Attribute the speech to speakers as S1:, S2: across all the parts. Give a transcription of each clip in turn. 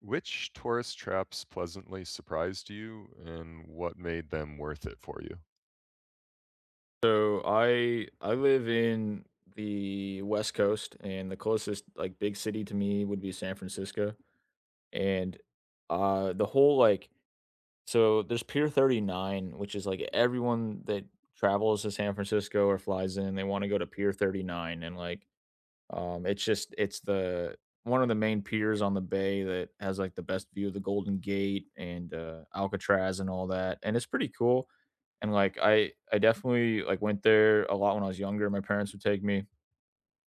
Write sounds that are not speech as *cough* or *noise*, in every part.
S1: Which tourist traps pleasantly surprised you and what made them worth it for you?
S2: So I live in the West Coast, and the closest like big city to me would be San Francisco. And the whole like so there's Pier 39, which is like everyone that travels to San Francisco or flies in, they want to go to Pier 39 and like it's the one of the main piers on the bay that has like the best view of the Golden Gate and Alcatraz and all that, and it's pretty cool. And like I definitely like went there a lot when I was younger. My parents would take me,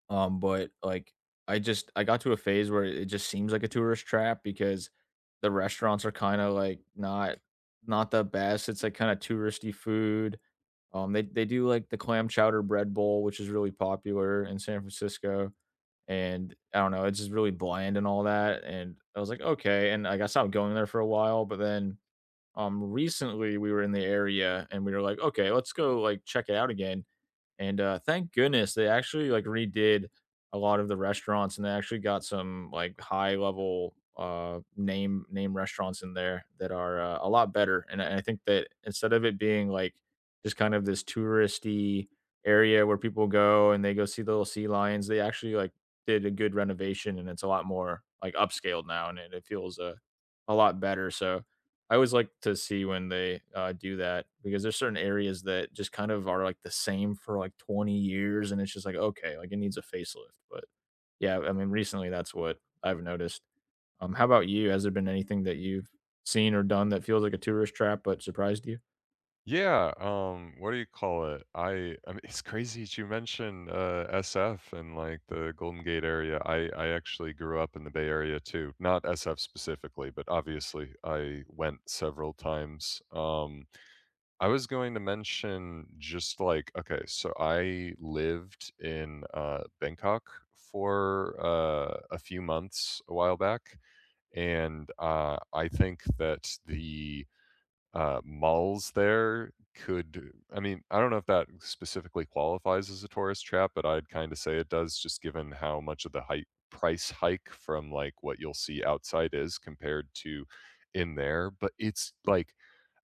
S2: but like I got to a phase where it just seems like a tourist trap because the restaurants are kind of like not the best. It's like kind of touristy food. They do like the clam chowder bread bowl, which is really popular in San Francisco, and I don't know, it's just really bland and all that, and I was like, "Okay," and, like, I stopped going there for a while, but then, recently, we were in the area, and we were like, "Okay, let's go, like, check it out again." And, thank goodness they actually, like, redid a lot of the restaurants, and they actually got some, like, high level, name restaurants in there that are, a lot better, and I think that instead of it being, like, just kind of this touristy area where people go and they go see the little sea lions, they actually, like, did a good renovation, and it's a lot more, like, upscaled now, and it feels, a lot better, so I always like to see when they, do that because there's certain areas that just kind of are, like, the same for, like, 20 years, and it's just like, "Okay, like, it needs a facelift," but, yeah, I mean, recently, that's what I've noticed. How about you? Has there been anything that you've seen or done that feels like a tourist trap but surprised you?
S1: Yeah, what do you call it? I mean, *laughs* it's crazy that you mentioned SF and like the Golden Gate area. I actually grew up in the Bay Area too, not SF specifically, but obviously I went several times. I was going to mention just like, okay, so I lived in Bangkok for a few months a while back. And I think that the malls there could, I mean, I don't know if that specifically qualifies as a tourist trap, but I'd kind of say it does, just given how much of price hike from like what you'll see outside is compared to in there. But it's like,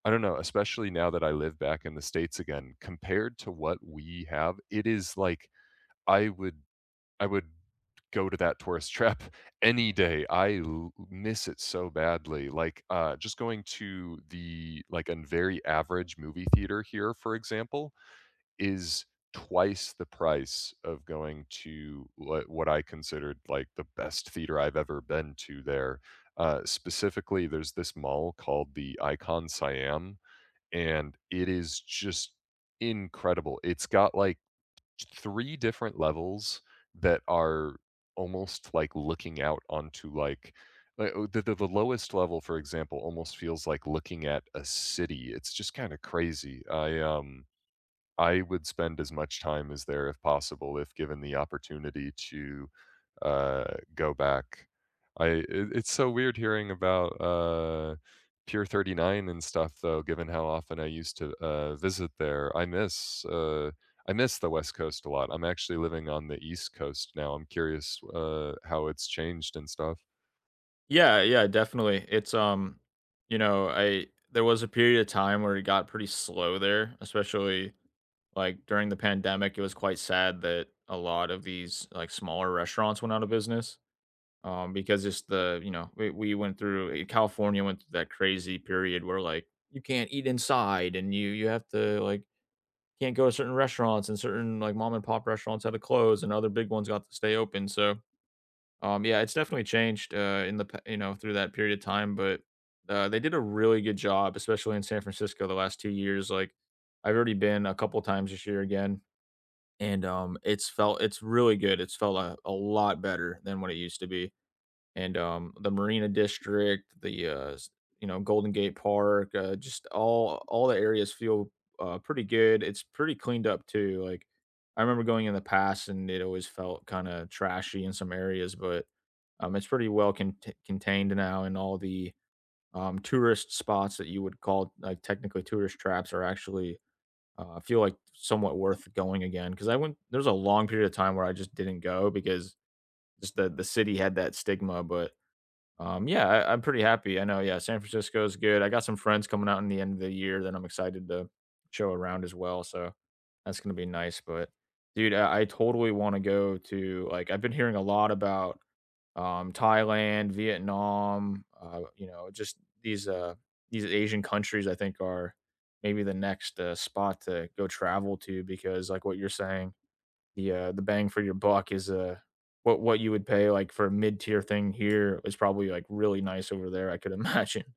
S1: I don't know, especially now that I live back in the States again, compared to what we have, it is like, I would I would go to that tourist *laughs* trap any day. Miss it so badly. Like just going to the like a very average movie theater here, for example, is twice the price of going to what I considered like the best theater I've ever been to there. Uh, specifically there's this mall called the Icon Siam and it is just incredible. It's got like 3 different levels that are almost like looking out onto like oh, the lowest level, for example, almost feels like looking at a city. It's just kinda crazy. I I would spend as much time as there if possible, if given the opportunity to go back. I it, it's so weird hearing about Pier 39 and stuff though, given how often I used to visit there. I miss the West Coast a lot. I'm actually living on the East Coast now. I'm curious how it's changed and stuff.
S2: Yeah, yeah, definitely. It's I there was a period of time where it got pretty slow there, especially, like, during the pandemic, it was quite sad that a lot of these, like, smaller restaurants went out of business. Because just the you know we went through California went through that crazy period where like you can't eat inside and you have to like can't go to certain restaurants and certain like mom and pop restaurants had to close and other big ones got to stay open. So yeah, it's definitely changed in the you know through that period of time, but they did a really good job, especially in San Francisco the last 2 years. Like I've already been a couple times this year again. And it's really good. It's felt a lot better than what it used to be, and the Marina District, the you know Golden Gate Park, just all the areas feel pretty good. It's pretty cleaned up too. Like I remember going in the past, and it always felt kind of trashy in some areas, but it's pretty well contained now. And all the tourist spots that you would call like technically tourist traps are actually feel like somewhat worth going again because I went. There's a long period of time where I just didn't go because just the city had that stigma, but yeah, I'm pretty happy. I know, yeah, San Francisco is good. I got some friends coming out in the end of the year that I'm excited to show around as well. So that's gonna be nice. But dude, I totally want to go to like I've been hearing a lot about Thailand, Vietnam, you know, just these Asian countries I think are maybe the next spot to go travel to because like what you're saying the bang for your buck is what you would pay like for a mid tier thing here is probably like really nice over there. I could *laughs* imagine.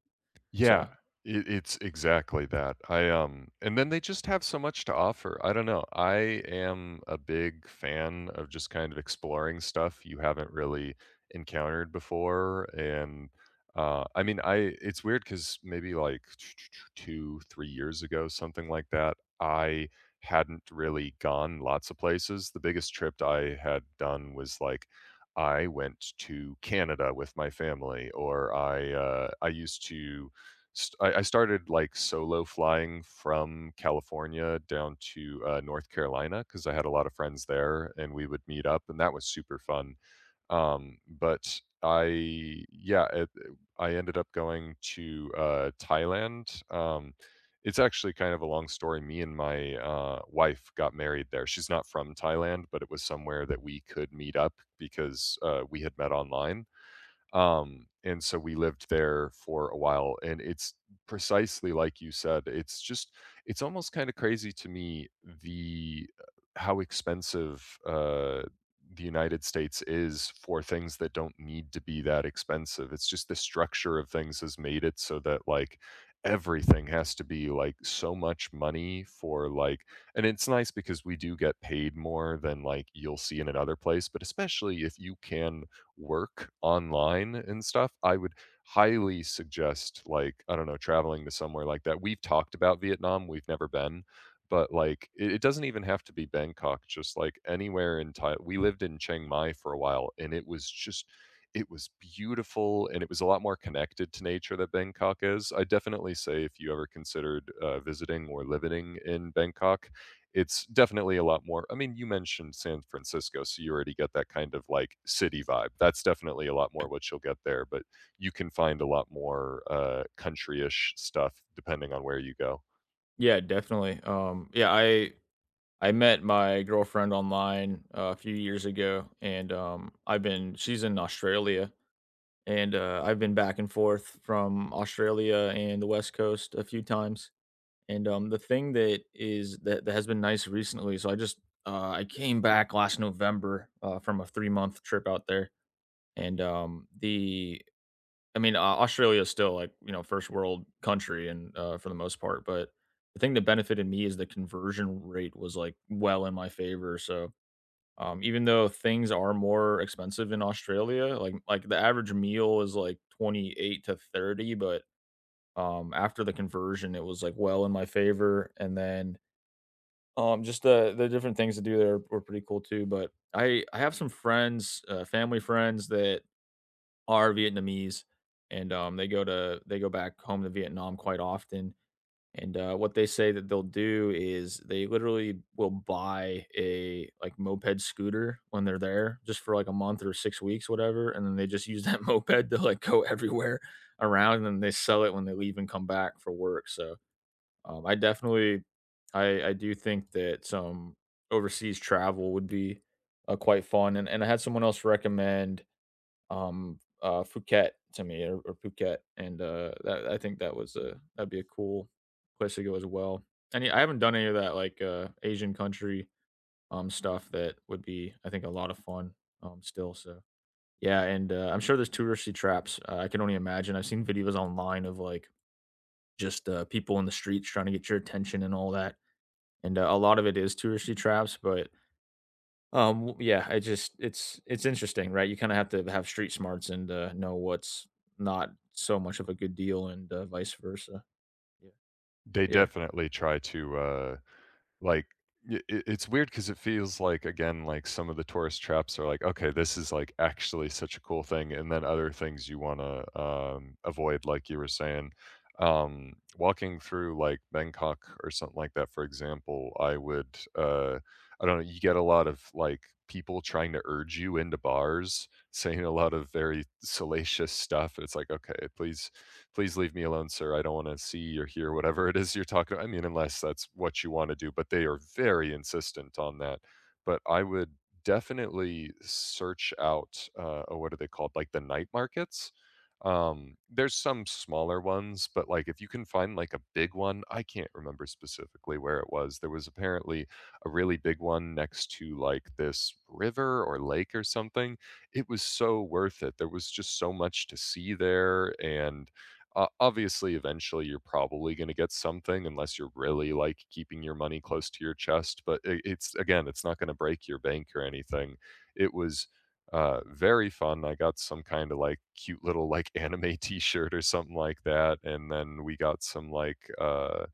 S1: Yeah,
S2: So
S1: it's exactly that. I, and then they just have so much to offer. I don't know. I am a big fan of just kind of exploring stuff you haven't really encountered before, and, I mean, I it's weird because maybe, like, *tsk* 2, 3 years ago, something like that, I hadn't really gone lots of places. The biggest trip I had done was, like, I went to Canada with my family, or I used to St I started, like, solo flying from California down to, North Carolina because I had a lot of friends there, and we would meet up, and that was super fun. But I yeah, it I ended up going to, Thailand. It's actually kind of a long story. Me and my, wife got married there. She's not from Thailand, but it was somewhere that we could meet up because, we had met online. And so we lived there for a while, and it's precisely like you said, it's just it's almost kinda crazy to me the how expensive, the United States is for things that don't need to be that expensive. It's just the structure of things has made it so that, like, everything has to be, like, so much money for, like, and it's nice because we do get paid more than, like, you'll see in another place, but especially if you can work online and stuff, I would highly suggest, like, I don't know, traveling to somewhere like that. We've talked about Vietnam, we've never been, but, like, it doesn't even have to be Bangkok, just, like, anywhere in Thailand. We lived in Chiang Mai for a while, and it was just it was beautiful, and it was a lot more connected to nature that Bangkok is. I definitely say if you ever considered, visiting or living in Bangkok, it's definitely a lot more. I mean, you mentioned San Francisco, so you already get that kind of like city vibe. That's definitely a lot more what you'll get there, but you can find a lot more country ish stuff depending on where you go.
S2: yeah, definitely. Yeah, I met my girlfriend online a few years ago, and I've been she's in Australia, and I've been back and forth from Australia and the West Coast a few times. And the thing that has been nice recently, so I came back last November from a 3 month trip out there. And the I mean, Australia is still like you know first world country and for the most part, but the thing that benefited me is the conversion rate was like well in my favor. So even though things are more expensive in Australia, like the average meal is like 28 to 30, but after the conversion, it was like well in my favor. And then just the different things to do there were pretty cool too. But I have some friends, family friends that are Vietnamese, and, they go back home to Vietnam quite often, and, what they say that they'll do is they literally will buy a, like, moped scooter when they're there just for, like, a month or 6 weeks, whatever, and then they just use that *laughs* moped to, like, go everywhere around, and then they sell it when they leave and come back for work, so, I definitely I do think that some overseas travel would be, quite fun, and I had someone else recommend Phuket to me or Phuket, and, that I think that was a that'd be a cool place to go as well. I haven't done any of that, like, Asian country, stuff that would be, I think, a lot of fun, still, so yeah, and, I'm sure there's touristy traps, I can only imagine. I've seen videos online of, like, just, people in the streets trying to get your attention and all that, and, a lot of it is touristy traps, but yeah, I just it's interesting, right? You kinda have to have street smarts and, know what's not so much of a good deal and, vice versa. Yeah.
S1: They
S2: Yeah.
S1: definitely try to. Like, I it's weird 'cause it feels like, again, like some of the tourist traps are like, "Okay, this is, like, actually such a cool thing," and then other things you wanna, avoid, like you were saying. Walking through, like, Bangkok or something like that, for example, I don't know, you get a lot of, like, people trying to urge you into bars, saying a lot of very salacious stuff, it's like, "Okay, please leave me alone, sir. I don't want to see or hear whatever it is you're talking about." I mean, unless that's what you want to do, but they are very insistent on that. But I would definitely search out, oh, what are they called? Like the night markets. There's some smaller ones, but like if you can find like a big one, I can't remember specifically where it was. There was apparently a really big one next to like this river or lake or something. It was so worth it. There was just so much to see there, and obviously, eventually, you're probably going to get something unless you're really like keeping your money close to your chest. But it's again, it's not going to break your bank or anything. It was very fun. I got some kind of like cute little like *laughs* anime T-shirt or something like that, and then we got some like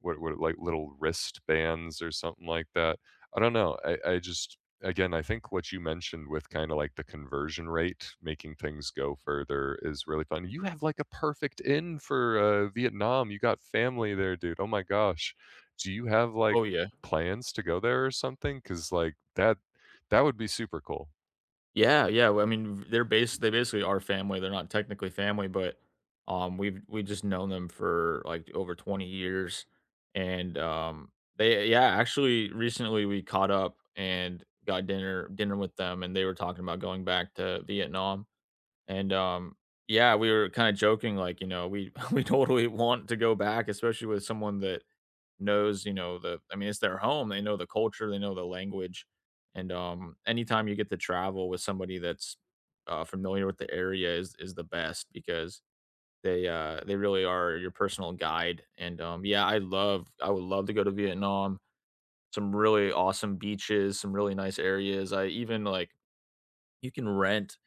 S1: what like little wristbands or something like that. I don't know. I just again, I think what you mentioned with kind of like the conversion rate, making things go further is really fun. You have like a perfect in for Vietnam. You got family there, dude. Oh my gosh. Do you have like
S2: Oh, yeah.
S1: plans to go there or something? Because like that would be super cool.
S2: Yeah, yeah, well, I mean, v they're bas they basically are family, they're not technically family, but, we just known them for, like, over 20 years, and, they yeah, actually, recently, we caught up and got dinner with them, and they were talking about going back to Vietnam. And, yeah, we were kinda joking, like, you know, we *laughs* we totally want to go back, especially with someone that knows, you know, the I mean, it's their home, they know the culture, they know the language, and, anytime you get to travel with somebody that's, familiar with the area is the best because they really are your personal guide, and, um, I would love to go to Vietnam, some really awesome beaches, some really nice areas, I even, like you can rent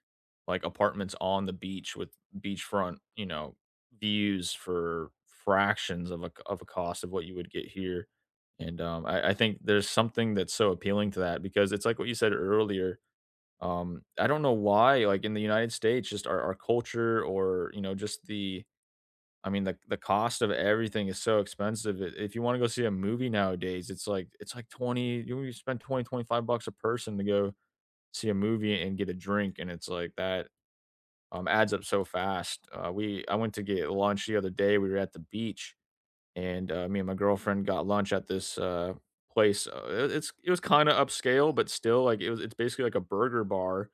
S2: like apartments on the beach with beachfront, you know, views for fractions of a cost of what you would get here, and, I think there's something that's so appealing to that because it's like what you said earlier, I don't know why, like, in the United States, just our culture or, you know, just the I mean, the cost of everything is so expensive. I If you wanna go see a movie nowadays, it's like 20 you spend twenty twenty five bucks a person to go see a movie and get a drink, and it's like that adds up so fast. We I went to get lunch the other day. We were at the beach, and me and my girlfriend got lunch at this place. It it was kind of upscale, but still like it was. It's basically like a burger bar.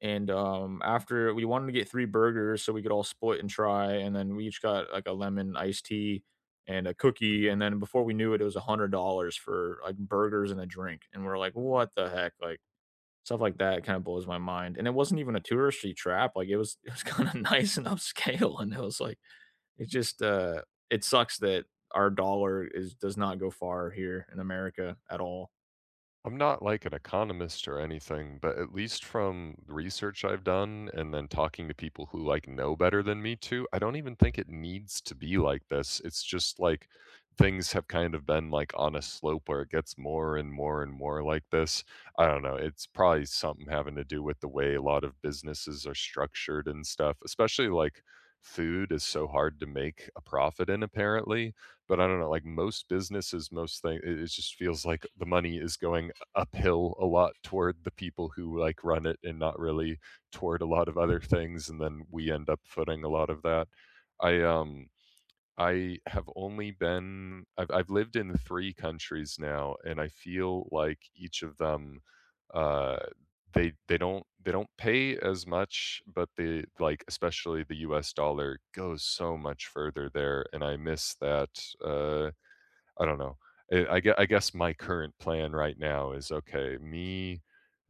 S2: And after we wanted to get three burgers so we could all split and try, and then we each got like a lemon iced tea and a cookie. And then before we knew it, it was $100 for like burgers and a drink. And we're like, what the heck? Like stuff like that kinda blows my mind, and it wasn't even a touristy trap, like, it was kinda *laughs* nice and upscale, and it was, like it just, it sucks that our dollar is does not go far here in America at all.
S1: I'm not like an economist or anything, but at least from the research I've done and then talking to people who like know better than me too, I don't even think it needs to be like this. It's just like things have kind of been like on a slope where it gets more and more and more like this. I don't know. It's probably something having to do with the way a lot of businesses are structured and stuff, especially like food is so hard to make a profit in apparently, but I don't know, like most businesses, most things, it just feels like the money is going uphill a lot toward the people who like run it and not really toward a lot of other things, and then we end up footing a lot of that. i um I have only been I've lived in three countries now, and I feel like each of them uh they don't they don't pay as much, but they like especially the US dollar goes so much further there, and I miss that. Uh, I don't know. I guess my current plan right now is, okay, me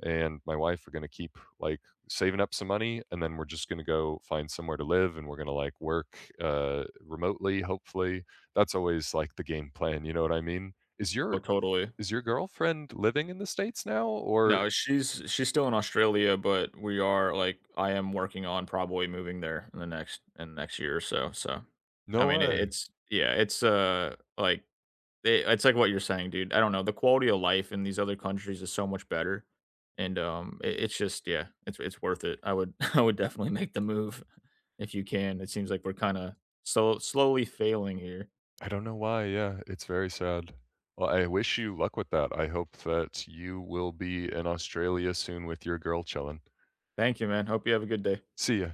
S1: and my wife are gonna keep, like, saving up some money, and then we're just gonna go find somewhere to live, and we're gonna, like, work, remotely, hopefully. That's always, like, the game plan, you know what I mean?
S2: Oh, totally.
S1: Is your girlfriend living in the States now, or
S2: No, she's still in Australia, but we are, like I am working on probably moving there in the next year or so, so I
S1: No
S2: mean, it
S1: way.
S2: it's yeah, it's, like They it's like what you're saying, dude. I don't know. The quality of life in these other countries is so much better, and it's just yeah, it's worth it. I would *laughs* I would definitely make the move if you can. It seems like we're kind of so slowly failing here.
S1: I don't know why, yeah, it's very sad. Well, I wish you luck with that. I hope that you will be in Australia soon with your girl chilling.
S2: Thank you, man. Hope you have a good day.
S1: See ya.